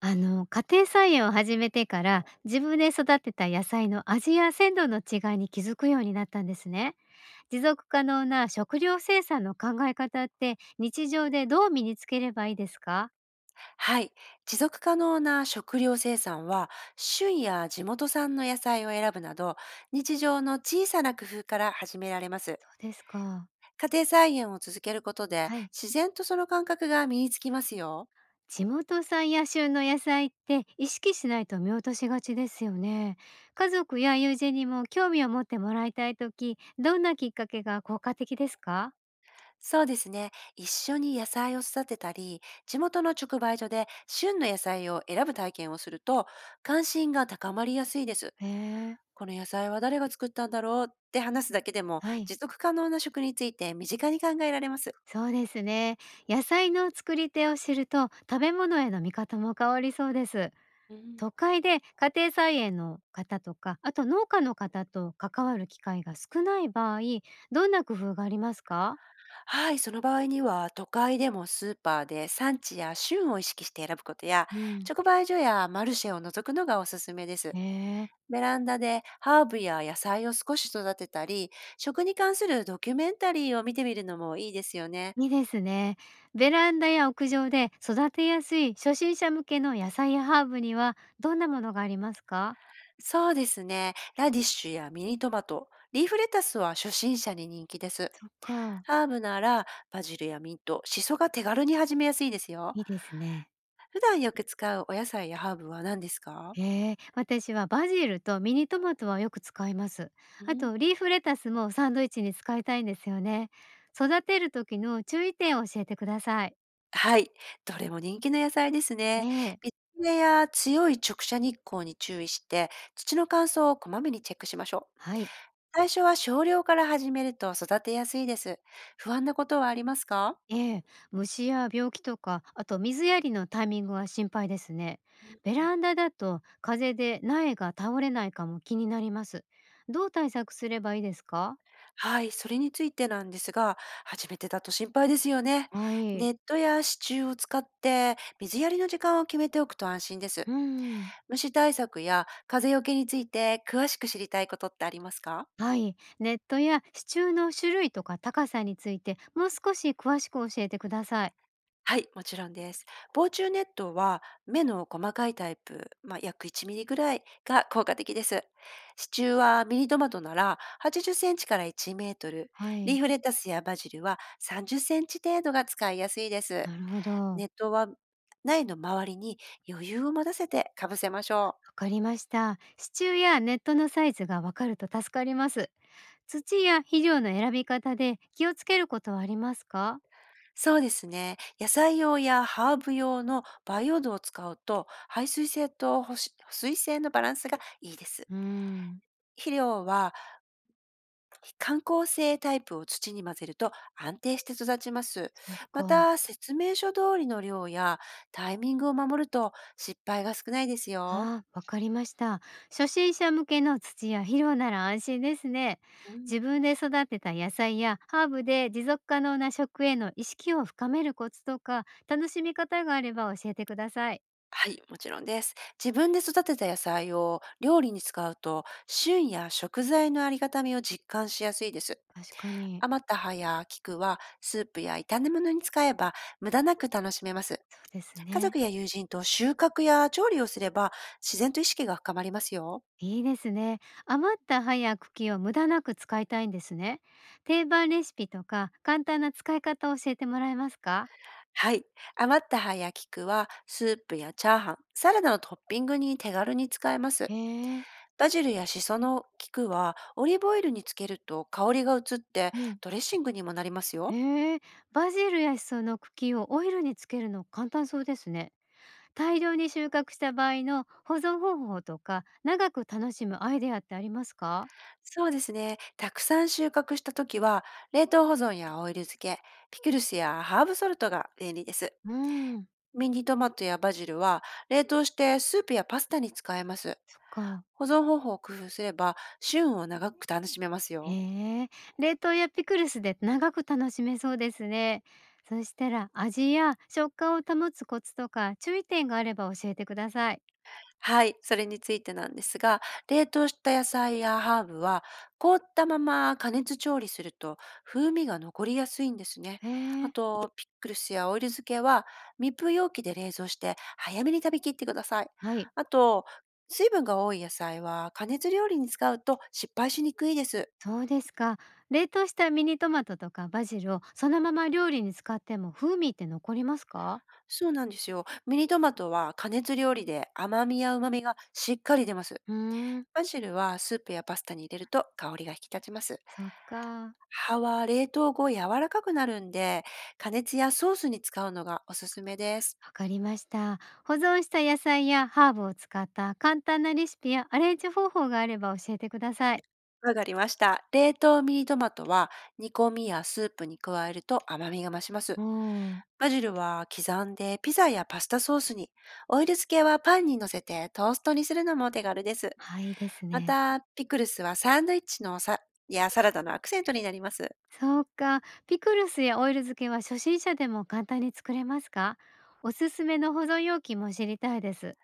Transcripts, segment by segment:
家庭菜園を始めてから自分で育てた野菜の味や鮮度の違いに気づくようになったんですね。持続可能な食料生産の考え方って日常でどう身につければいいですか？はい。持続可能な食料生産は、旬や地元産の野菜を選ぶなど、日常の小さな工夫から始められます。そうですか。家庭菜園を続けることで、はい。自然とその感覚が身につきますよ。地元産や旬の野菜って意識しないと見落としがちですよね。家族や友人にも興味を持ってもらいたいとき、どんなきっかけが効果的ですか？そうですね。一緒に野菜を育てたり、地元の直売所で旬の野菜を選ぶ体験をすると、関心が高まりやすいです。へえ。この野菜は誰が作ったんだろうって話すだけでも、はい。持続可能な食について身近に考えられます。そうですね。野菜の作り手を知ると食べ物への見方も変わりそうです。う都ん。会で家庭菜園の方とか、あと農家の方と関わる機会が少ない場合、どんな工夫がありますか？はい、その場合には都会でもスーパーで産地や旬を意識して選ぶことや、うん、直売所やマルシェを除くのがおすすめでへす。え、ベランダでハーブや野菜を少し育てたり、食に関するドキュメンタリーを見てみるのもいいですよね。いいですね。ベランダや屋上で育てやすい初心者向けの野菜やハーブにはどんなものがありますか？そうですね。ラディッシュやミニトマト、リーフレタスは初心者に人気です。そっか、ハーブならバジルやミント、シソが手軽に始めやすいですよ。いいですね。普段よく使うお野菜やハーブは何ですか？ええ、私はバジルとミニトマトはよく使います。うあん。とリーフレタスもサンドイッチに使いたいんですよね。育てる時の注意点を教えてください。はい、どれも人気の野菜ですえね。え、水辺や強い直射日光に注意して、土の乾燥をこまめにチェックしましょう。はい。最初は少量から始めると育てやすいです。不安なことはありますか？ええ、虫や病気とか、あと水やりのタイミングは心配ですね。ベランダだと風で苗が倒れないかも気になります。どう対策すればいいですか？はい、それについてなんですが、初めてだと心配ですよね。はネい。ットや支柱を使って水やりの時間を決めておくと安心です。うん。虫対策や風よけについて詳しく知りたいことってありますか？はい、ネットや支柱の種類とか高さについてもう少し詳しく教えてください。はい、もちろんです。防虫ネットは目の細かいタイプ、約1ミリぐらいが効果的です。支柱はミニトマトなら80センチから1メートル、はリーい。フレタスやバジルは30センチ程度が使いやすいです。なるほど。わネットは苗の周りに余裕を持たせてかぶせましょう。かりました。支柱やネットのサイズがわかると助かります。土や肥料の選び方で気をつけることはありますか？そうですね。野菜用やハーブ用の培養土を使うと、排水性と保湿保水性のバランスがいいです。うーん、肥料は観光性タイプを土に混ぜると安定して育ちます。そっまか。た、説明書通りの量やタイミングを守ると失敗が少ないですよ。ああ、わかりました。初心者向けの土や肥料なら安心ですね。うん。自分で育てた野菜やハーブで持続可能な食への意識を深めるコツとか、楽しみ方があれば教えてください。はい、もちろんです。自分で育てた野菜を料理に使うと、旬や食材のありがたみを実感しやすいです。確かに。余った葉や菊はスープや炒め物に使えば無駄なく楽しめます。そうです家ね。族や友人と収穫や調理をすれば自然と意識が深まりますよ。いいですね。余った葉や茎を無駄なく使いたいんですね。定番レシピとか簡単な使い方を教えてもらえますか？はい。余った葉や菊はスープやチャーハン、サラダのトッピングに手軽に使えます。へえ。バジルやシソの菊はオリーブオイルにつけると香りが移ってうん。ドレッシングにもなりますよ。へえ、バジルやシソの茎をオイルにつけるの簡単そうですね。大量に収穫した場合の保存方法とか、長く楽しむアイデアってありますか？そうですね。たくさん収穫した時は冷凍保存やオイル漬け、ピクルスやハーブソルトが便利です。うーん。ミニトマトやバジルは冷凍してスープやパスタに使えます。そっか。保存方法を工夫すれば旬を長く楽しめますよ。へえ。冷凍やピクルスで長く楽しめそうですね。そしたら味や食感を保つコツとか注意点があれば教えてください。はい、それについてなんですが、冷凍した野菜やハーブは凍ったまま加熱調理すると風味が残りやすいんですね。へあえ。と、ピックルスやオイル漬けは密封容器で冷蔵して早めに食べきってください。はい、あと、水分が多い野菜は加熱料理に使うと失敗しにくいです。そうですか。冷凍したミニトマトとかバジルをそのまま料理に使っても風味って残りますか？そうなんですよ。ミニトマトは加熱料理で甘みや旨みがしっかり出ます。うーん。バジルはスープやパスタに入れると香りが引き立ちます。そっか。葉は冷凍後柔らかくなるんで、加熱やソースに使うのがおすすめです。わかりました。保存した野菜やハーブを使った簡単なレシピやアレンジ方法があれば教えてください。わかりました。冷凍ミニトマトは煮込みやスープに加えると甘みが増しまおす。ー。バジルは刻んでピザやパスタソースに、オイル漬けはパンに乗せてトーストにするのも手軽です。はいですまね。た、ピクルスはサンドイッチのさやサラダのアクセントになります。そうか。ピクルスやオイル漬けは初心者でも簡単に作れますか？おすすめの保存容器も知りたいです。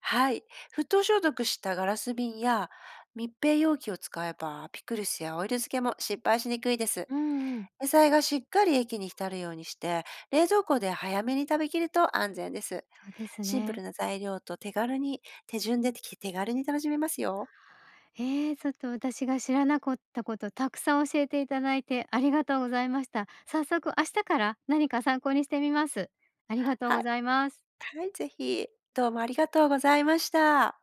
はい。沸騰消毒したガラス瓶や密閉容器を使えば、ピクルスやオイル漬けも失敗しにくいです。うんうん。野菜がしっかり液に浸るようにして、冷蔵庫で早めに食べきると安全です。そうですシンプね。ルな材料と手軽に、手順で手軽に楽しめますよ。ちょっと私が知らなかったことたくさん教えていただいてありがとうございました。早速明日から何か参考にしてみます。ありがとうはごい、ざいます。はい、ぜひ。どうもありがとうございました。